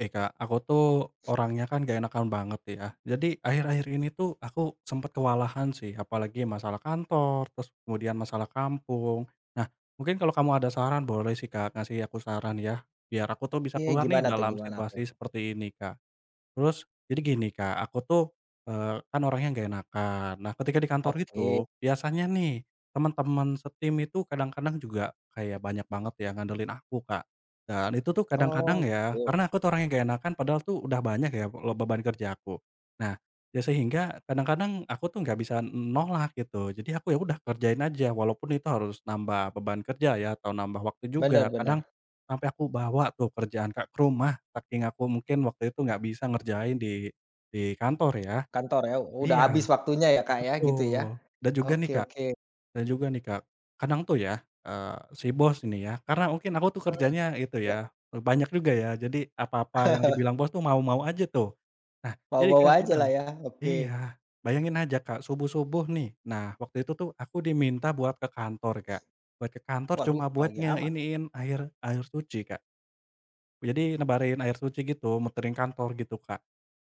Eh Kak, aku tuh orangnya kan gak enakan banget ya. Jadi akhir-akhir ini tuh aku sempat kewalahan sih, apalagi masalah kantor, terus kemudian masalah kampung. Nah, mungkin kalau kamu ada saran boleh sih Kak, ngasih aku saran ya, biar aku tuh bisa Oke, keluar nih gimana tuh dalam gimana tuh? situasi seperti ini Kak. Terus jadi gini, Kak, aku tuh, kan orangnya nggak enakan. Nah, ketika di kantor Oke. itu, biasanya nih teman-teman setim itu kadang-kadang juga kayak banyak banget ya ngandelin aku, Kak. Dan itu tuh Oh, kadang-kadang ya, gitu. karena aku tuh orangnya gak enakan padahal tuh udah banyak ya beban kerja aku. Nah, ya sehingga kadang-kadang aku tuh nggak bisa nolak gitu. Jadi aku ya udah kerjain aja walaupun itu harus nambah beban kerja ya atau nambah waktu juga. Bener bener. Kadang sampai aku bawa tuh kerjaan, Kak, ke rumah. Saking aku mungkin waktu itu nggak bisa ngerjain di kantor ya. Kantor ya, udah Iya, habis waktunya ya, Kak, ya, gitu ya? betul. Dan juga nih Oke Kak oke. dan juga nih Kak, kadang tuh ya, si bos ini ya, karena mungkin aku tuh Mhm, kerjanya itu iya. ya, banyak juga ya, jadi apa-apa yang dibilang bos tuh mau-mau aja tuh. Nah, jadi Mau-mau kadang-kadang ajalah ya, oke. iya, bayangin aja Kak, subuh-subuh nih, nah waktu itu tuh aku diminta buat ke kantor Kak, buat ke kantor cuma Waduh, buat pagi amat. ngeiniin air air suci Kak. Jadi nebarin air suci gitu, muterin kantor gitu Kak.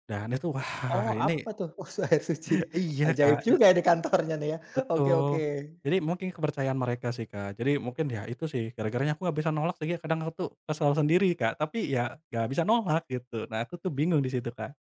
Dan itu wah Oh, ini apa tuh? Oh, air suci. iya Ajaib Kak, juga ya di kantornya nih ya. Oke oke. betul. Jadi mungkin kepercayaan mereka sih Kak, jadi mungkin ya itu sih gara-garanya aku nggak bisa nolak sehingga kadang aku tuh kesel sendiri Kak, tapi ya nggak bisa nolak gitu. Nah aku tuh bingung di situ Kak.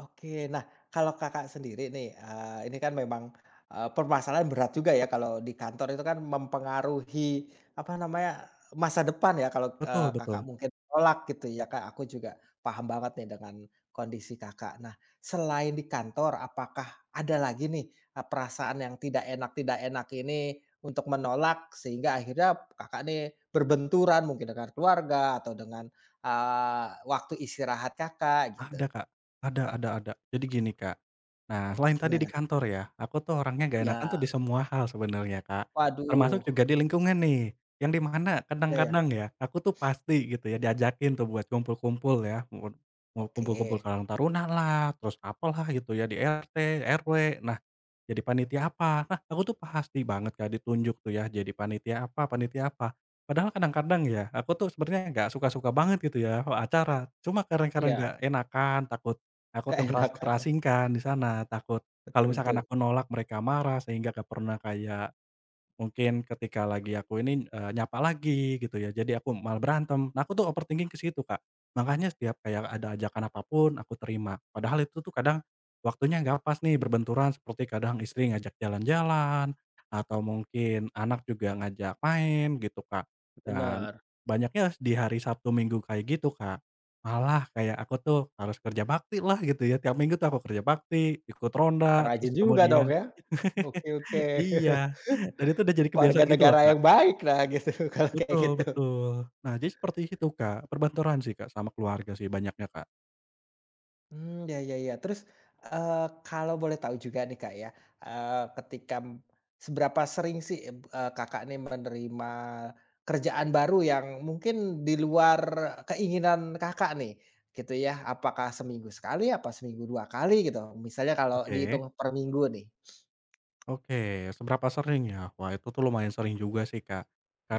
Oke. Nah, kalau Kakak sendiri nih, ini kan memang, permasalahan berat juga ya kalau di kantor itu kan mempengaruhi, apa namanya, masa depan ya kalau, Betul, Kakak betul. mungkin menolak gitu ya, Kak. Aku juga paham banget nih dengan kondisi Kakak. Nah, selain di kantor, apakah ada lagi nih, perasaan yang tidak enak tidak enak ini untuk menolak sehingga akhirnya Kakak nih berbenturan mungkin dengan keluarga atau dengan, waktu istirahat Kakak gitu? Ada, Kak. Ada, ada, ada. Jadi gini, Kak. Nah, selain tadi di Gimana? kantor ya, aku tuh orangnya gak enakan tuh Ya, di semua hal sebenarnya, Kak. waduh, Termasuk juga di lingkungan nih, yang di mana ya ya, kadang-kadang ya, aku tuh pasti gitu ya diajakin tuh buat kumpul-kumpul ya, mau mau kumpul-kumpul oke. Karang Taruna lah, terus apalah gitu ya di RT, RW. Nah jadi panitia apa? Nah, aku tuh pasti banget Kak ditunjuk tuh ya jadi panitia apa panitia apa. Padahal kadang-kadang ya, aku tuh sebenarnya nggak suka-suka banget gitu ya kalau acara. Cuma karena Iya, nggak enakan, takut aku nggak tuh enak ngerasa kan ya, terasingkan di sana, takut kalau betul misalkan betul, aku nolak mereka marah sehingga gak pernah kayak mungkin ketika lagi aku ini, nyapa lagi gitu ya, jadi aku malah berantem. Nah, aku tuh overthinking ke situ, Kak. Makanya setiap kayak ada ajakan apapun aku terima. Padahal itu tuh kadang waktunya nggak pas nih, berbenturan seperti kadang istri ngajak jalan-jalan, atau mungkin anak juga ngajak main gitu, Kak. Dan bener. banyaknya di hari Sabtu Minggu kayak gitu, Kak. Malah kayak aku tuh harus kerja bakti lah gitu ya, tiap minggu tuh aku kerja bakti, ikut Oh ronda, rajin terus juga dong kemudian ya? Oke oke, iya, dan itu udah jadi warga kebiasaan gitu loh, negara Kak. yang baik lah gitu kalau kayak Betul, gitu. betul. Nah, jadi seperti itu, Kak, perbantoran sih, Kak, sama keluarga sih banyaknya, Kak. Hmm, ya ya ya. Terus, eee, kalau boleh tahu juga nih, Kak, ya, eee, ketika seberapa sering sih, Kakak nih menerima kerjaan baru yang mungkin di luar keinginan Kakak nih, gitu ya? Apakah seminggu sekali, apa seminggu 2 kali gitu? Misalnya kalau Oke. dihitung per minggu nih. Oke, seberapa sering ya? Wah, itu tuh lumayan sering juga sih, Kak.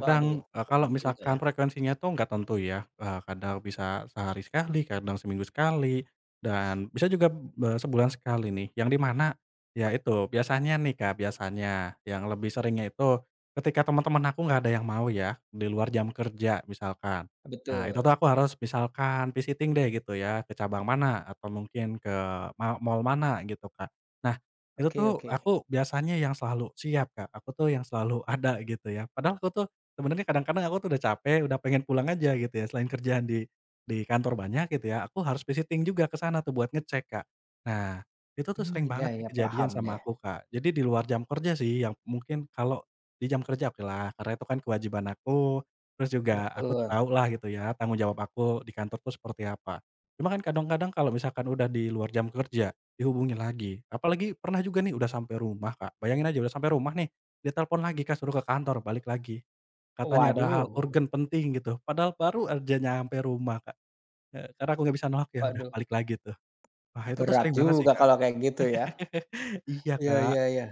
Waduh, kalau berat juga ya. misalkan frekuensinya tuh nggak tentu ya, kadang bisa sehari sekali, kadang seminggu sekali, dan bisa juga, sebulan sekali nih, yang di mana, ya itu, biasanya nih, Kak, biasanya yang lebih seringnya itu ketika teman-teman aku nggak ada yang mau ya, di luar jam kerja misalkan. Nah, itu tuh Betul. aku harus misalkan visiting deh gitu ya, ke cabang mana atau mungkin ke mall mana gitu, Kak. Nah itu Oke tuh oke. aku biasanya yang selalu siap, Kak, aku tuh yang selalu ada gitu ya. Padahal aku tuh sebenarnya kadang-kadang aku tuh udah capek, udah pengen pulang aja gitu ya, selain kerjaan di kantor banyak gitu ya, aku harus visiting juga ke sana tuh buat ngecek, Kak. Nah, itu tuh Hmm, sering ya, banget nih ya kejadian paham deh. sama aku, Kak. Jadi di luar jam kerja sih yang mungkin kalau di jam kerja oke lah. Karena itu kan kewajiban aku, terus juga aku Betul. tahu lah gitu ya tanggung jawab aku di kantor tuh seperti apa. Cuma kan kadang-kadang kalau misalkan udah di luar jam kerja dihubungin lagi, apalagi pernah juga nih udah sampai rumah, Kak, bayangin aja udah sampai rumah nih, ditelepon lagi, Kak, suruh ke kantor, balik lagi, katanya ada hal Waduh urgen penting gitu, padahal baru aja nyampe rumah, Kak. Karena aku nggak bisa nolak ya udah waduh, balik lagi tuh. Wah itu tuh berat sering banget sih, juga Kak. kalau kayak gitu ya. Iya, Iya Kak. iya iya.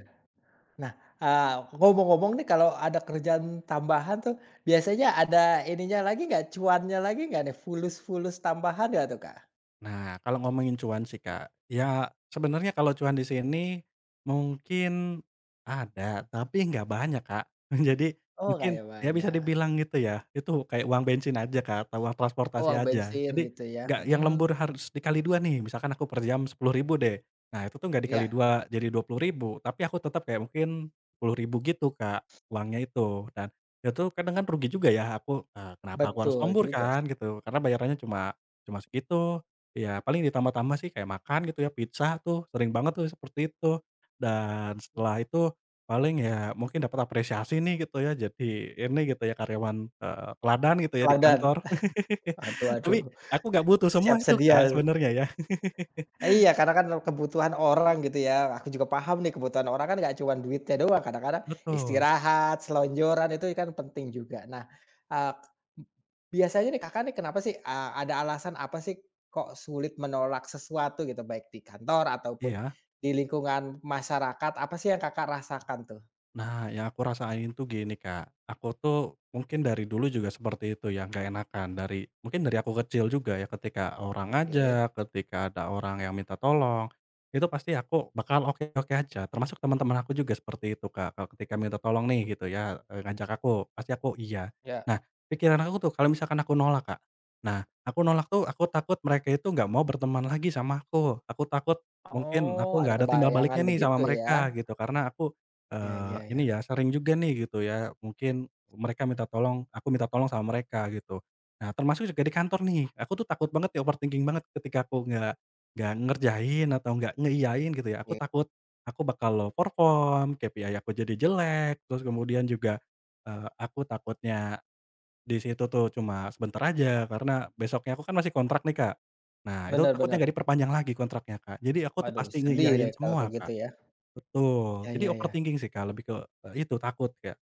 Nah, eee, ngomong-ngomong nih kalau ada kerjaan tambahan tuh, biasanya ada ininya lagi nggak, cuannya lagi nggak nih? Fulus-fulus tambahan nggak tuh, Kak? Nah, kalau ngomongin cuan sih, Kak, ya sebenarnya kalau cuan di sini mungkin ada, tapi nggak banyak, Kak. Jadi Oh, mungkin kayak ya bisa banyak. dibilang gitu ya, itu kayak uang bensin aja, Kak, atau uang Oh, transportasi uang aja. bensin Jadi gitu ya, nggak yang lembur harus dikali 2 nih, misalkan aku per jam 10.000 deh. Nah, itu tuh nggak dikali iya, 2 jadi 20.000 tapi aku tetap kayak mungkin 10.000 gitu, Kak, uangnya itu. Dan itu kadang kan rugi juga ya aku, kenapa aku harus betul lembur juga kan sih. gitu, karena bayarannya cuma cuma segitu. Iya, paling ditambah-tambah sih kayak makan gitu ya, pizza tuh sering banget tuh seperti itu. Dan setelah itu paling ya mungkin dapat apresiasi nih gitu ya, jadi ini gitu ya karyawan, teladan gitu ya di Teladan, kantor. aduh Tapi aduh, aku nggak butuh semua siap itu Kak, sedia. sebenarnya ya. Iya, karena kan kebutuhan orang gitu ya, aku juga paham nih kebutuhan orang kan nggak cuma duitnya doang, kadang-kadang Betul, istirahat, selonjoran itu kan penting juga. Nah, eee, biasanya nih Kakak nih kenapa sih, ada alasan apa sih kok sulit menolak sesuatu gitu, baik di kantor ataupun iya. di lingkungan masyarakat, apa sih yang Kakak rasakan tuh? Nah, yang aku rasain tuh gini, Kak, aku tuh mungkin dari dulu juga seperti itu ya, gak enakan dari mungkin dari aku kecil juga ya, ketika orang Oke, ngajak, ketika ada orang yang minta tolong, itu pasti aku bakal oke-oke aja, termasuk teman-teman aku juga seperti itu, Kak, kalau ketika minta tolong nih gitu ya, ngajak aku, pasti aku iya. ya. Nah, pikiran aku tuh kalau misalkan aku nolak, Kak, nah aku nolak tuh aku takut mereka itu nggak mau berteman lagi sama aku takut mungkin Oh, aku ada nggak ada timbal bayangan baliknya nih sama begitu ya. mereka gitu, karena aku Ya ya ini ya. ya sering juga nih gitu ya, mungkin mereka minta tolong, aku minta tolong sama mereka gitu. Nah termasuk juga di kantor nih, aku tuh takut banget ya overthinking banget ketika aku nggak ngerjain atau nggak ngeiyain gitu ya, aku takut aku bakal low perform, KPI aku jadi jelek, terus kemudian juga, aku takutnya di situ tuh cuma sebentar aja karena besoknya aku kan masih kontrak nih Kak. Nah itu Bener takutnya bener. nggak diperpanjang lagi kontraknya Kak, jadi aku tuh Waduh pasti sedih deh ngeiyain kalau kayak semua gitu Kak. ya. Betul. Ya Jadi ya ya. overthinking sih, Kak, lebih ke, itu takut Kak.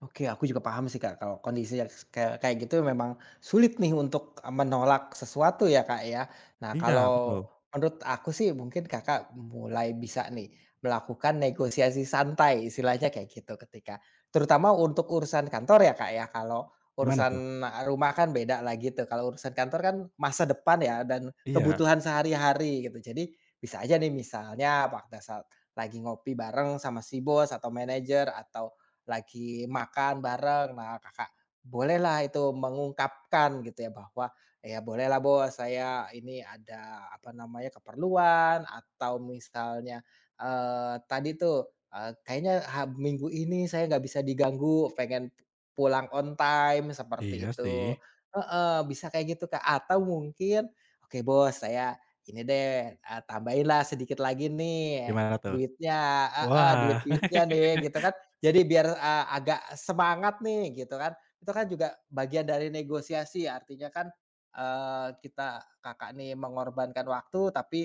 Oke, aku juga paham sih, Kak, kalau kondisi yang s kayak kayak gitu memang sulit nih untuk, menolak sesuatu ya, Kak, ya. Nah, Iya, kalau betul. menurut aku sih mungkin Kakak mulai bisa nih melakukan negosiasi santai istilahnya kayak gitu ketika terutama untuk urusan kantor ya, Kak, ya. Kalau Gimana tuh? urusan, rumah kan beda lagi tuh, kalau urusan kantor kan masa depan ya dan Iya. kebutuhan sehari-hari gitu. Jadi bisa aja nih misalnya pada saat lagi ngopi bareng sama si bos atau manajer atau lagi makan bareng. Nah, Kakak bolehlah itu mengungkapkan gitu ya bahwa, "Ya bolehlah Bos, saya ini ada, apa namanya, keperluan," atau misalnya, tadi tuh, "Kayaknya minggu ini saya nggak bisa diganggu, pengen pulang on time," seperti Iya itu. sih. Heeh, bisa kayak gitu, Kak. Atau mungkin, "Oke Bos, saya ini deh, tambahinlah sedikit lagi nih Gimana tuh? duitnya," Wah. "duit-duitnya nih," gitu kan. Jadi biar, agak semangat nih gitu kan, itu kan juga bagian dari negosiasi artinya kan, kita Kakak nih mengorbankan waktu tapi,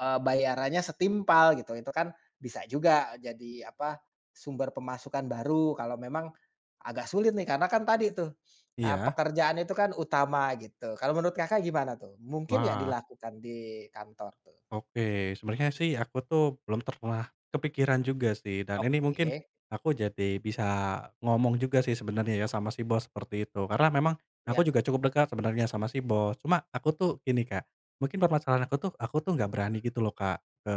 bayarannya setimpal gitu, itu kan bisa juga jadi apa, sumber pemasukan baru kalau memang agak sulit nih karena kan tadi tuh, Iya. pekerjaan itu kan utama gitu. Kalau menurut Kakak gimana tuh? Mungkin ya Wah. dilakukan di kantor tuh? Oke, sebenarnya sih aku tuh belum pernah kepikiran juga sih, dan ini mungkin Oke, aku jadi bisa ngomong juga sih sebenarnya ya sama si bos seperti itu. Karena memang ya aku juga cukup dekat sebenarnya sama si bos. Cuma aku tuh gini Kak, mungkin permasalahan aku tuh nggak berani gitu loh Kak,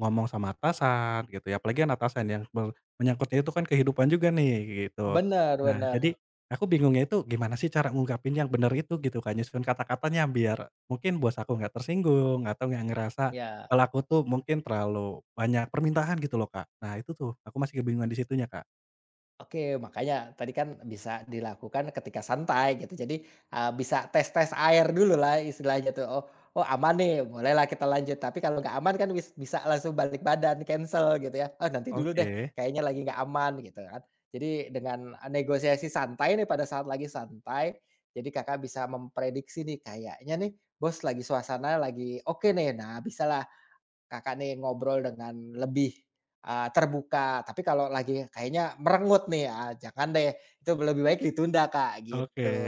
ngomong sama atasan gitu ya, apalagi kan atasan yang menyangkutnya itu kan kehidupan juga nih gitu. Nah benar-benar jadi aku bingungnya itu gimana sih cara ngungkapin yang benar itu gitu Kak, nyusun kata-katanya biar mungkin bos aku nggak tersinggung atau nggak ngerasa ya. kalau aku tuh mungkin terlalu banyak permintaan gitu loh, Kak. Nah itu tuh, aku masih kebingungan di situnya, Kak. Oke, makanya tadi kan bisa dilakukan ketika santai gitu. Jadi, bisa tes-tes air dulu lah istilahnya tuh. Oh oh aman nih, bolehlah kita lanjut. Tapi kalau nggak aman kan bisa langsung balik badan, cancel gitu ya. Oh nanti dulu deh, Oke, kayaknya lagi nggak aman," gitu kan. Jadi dengan, negosiasi santai nih pada saat lagi santai, jadi Kakak bisa memprediksi nih, kayaknya nih bos lagi suasana lagi oke nih. Nah, bisa lah. Kakak nih ngobrol dengan lebih, terbuka, tapi kalau lagi kayaknya merengut nih, ah, jangan deh, itu lebih baik ditunda, Kak, oke. gitu.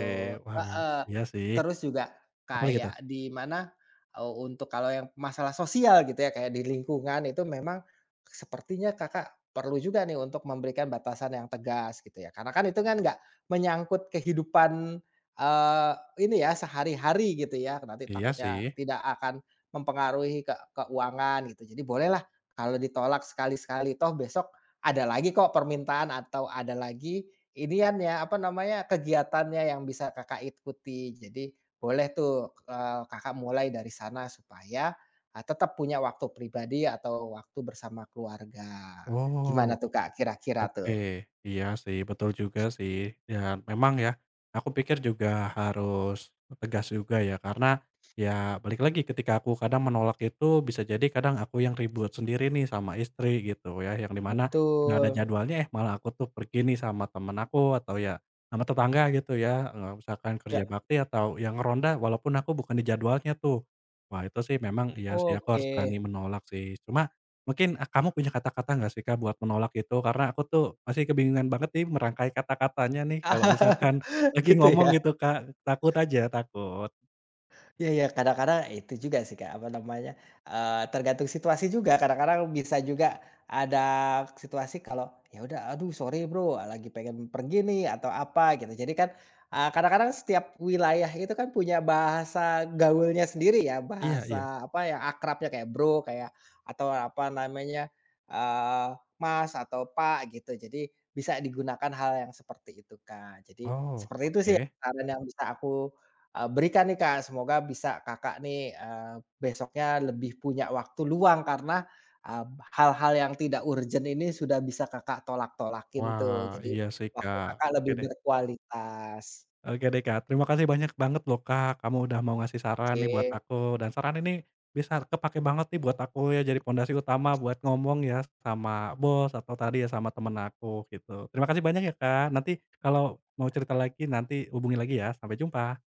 Wah. Heeh. Iya sih. Terus juga Apalagi tuh? kayak di mana, untuk kalau yang masalah sosial gitu ya, kayak di lingkungan itu memang sepertinya Kakak perlu juga nih untuk memberikan batasan yang tegas gitu ya, karena kan itu kan nggak menyangkut kehidupan, eee, ini ya, sehari-hari gitu ya, nanti Iya takutnya sih. tidak akan mempengaruhi ke keuangan gitu. Jadi bolehlah kalau ditolak sekali-sekali, toh besok ada lagi kok permintaan atau ada lagi inian ya, apa namanya, kegiatannya yang bisa Kakak ikuti. Jadi boleh tuh, Kakak mulai dari sana supaya, tetap punya waktu pribadi atau waktu bersama keluarga. Oh. Gimana tuh Kak kira-kira Oke, tuh? iya sih, betul juga sih. Dan memang ya, aku pikir juga harus tegas juga ya, karena ya balik lagi ketika aku kadang menolak itu bisa jadi kadang aku yang ribut sendiri nih sama istri gitu ya, yang dimana nggak ada Betul. jadwalnya eh malah aku tuh pergi nih sama temen aku atau ya sama tetangga gitu ya, misalkan kerja Ya, bakti atau yang ronda walaupun aku bukan di jadwalnya tuh. Wah itu sih memang. Mhm. Iya sih, aku oke. harus berani menolak sih. Cuman mungkin, kamu punya kata-kata nggak sih, Kak, buat menolak itu? Karena aku tuh masih kebingungan banget nih merangkai kata-katanya nih kalau misalkan lagi Gitu ya? ngomong gitu, Kak. Takut aja, takut. Iya iya, kadang-kadang itu juga sih, Kak, apa namanya, tergantung situasi juga, kadang-kadang bisa juga ada situasi kalau, "Ya udah, aduh sorry bro, lagi pengen pergi nih," atau apa gitu. Jadi kan, kadang-kadang setiap wilayah itu kan punya bahasa gaulnya sendiri ya, Iya, iya. bahasa apa yang akrabnya kayak bro, kayak atau apa namanya, eee, mas atau pak gitu. Jadi bisa digunakan hal yang seperti itu, Kak. Jadi Oh, seperti itu sih oke. saran yang bisa aku berikan nih Kak, semoga bisa Kakak nih, besoknya lebih punya waktu luang karena, eee, hal-hal yang tidak urgent ini sudah bisa Kakak tolak-tolakin Wah, tuh, jadi iya sih, waktu Kak. Kakak Oke lebih deh. berkualitas. Oke deh Kak, terima kasih banyak banget loh Kak, kamu udah mau ngasih saran nih buat Oke. aku, dan saran ini bisa kepake banget nih buat aku ya, jadi pondasi utama buat ngomong ya sama bos atau tadi ya sama temen aku gitu. Terima kasih banyak ya Kak, nanti kalau mau cerita lagi nanti hubungi lagi ya, sampai jumpa.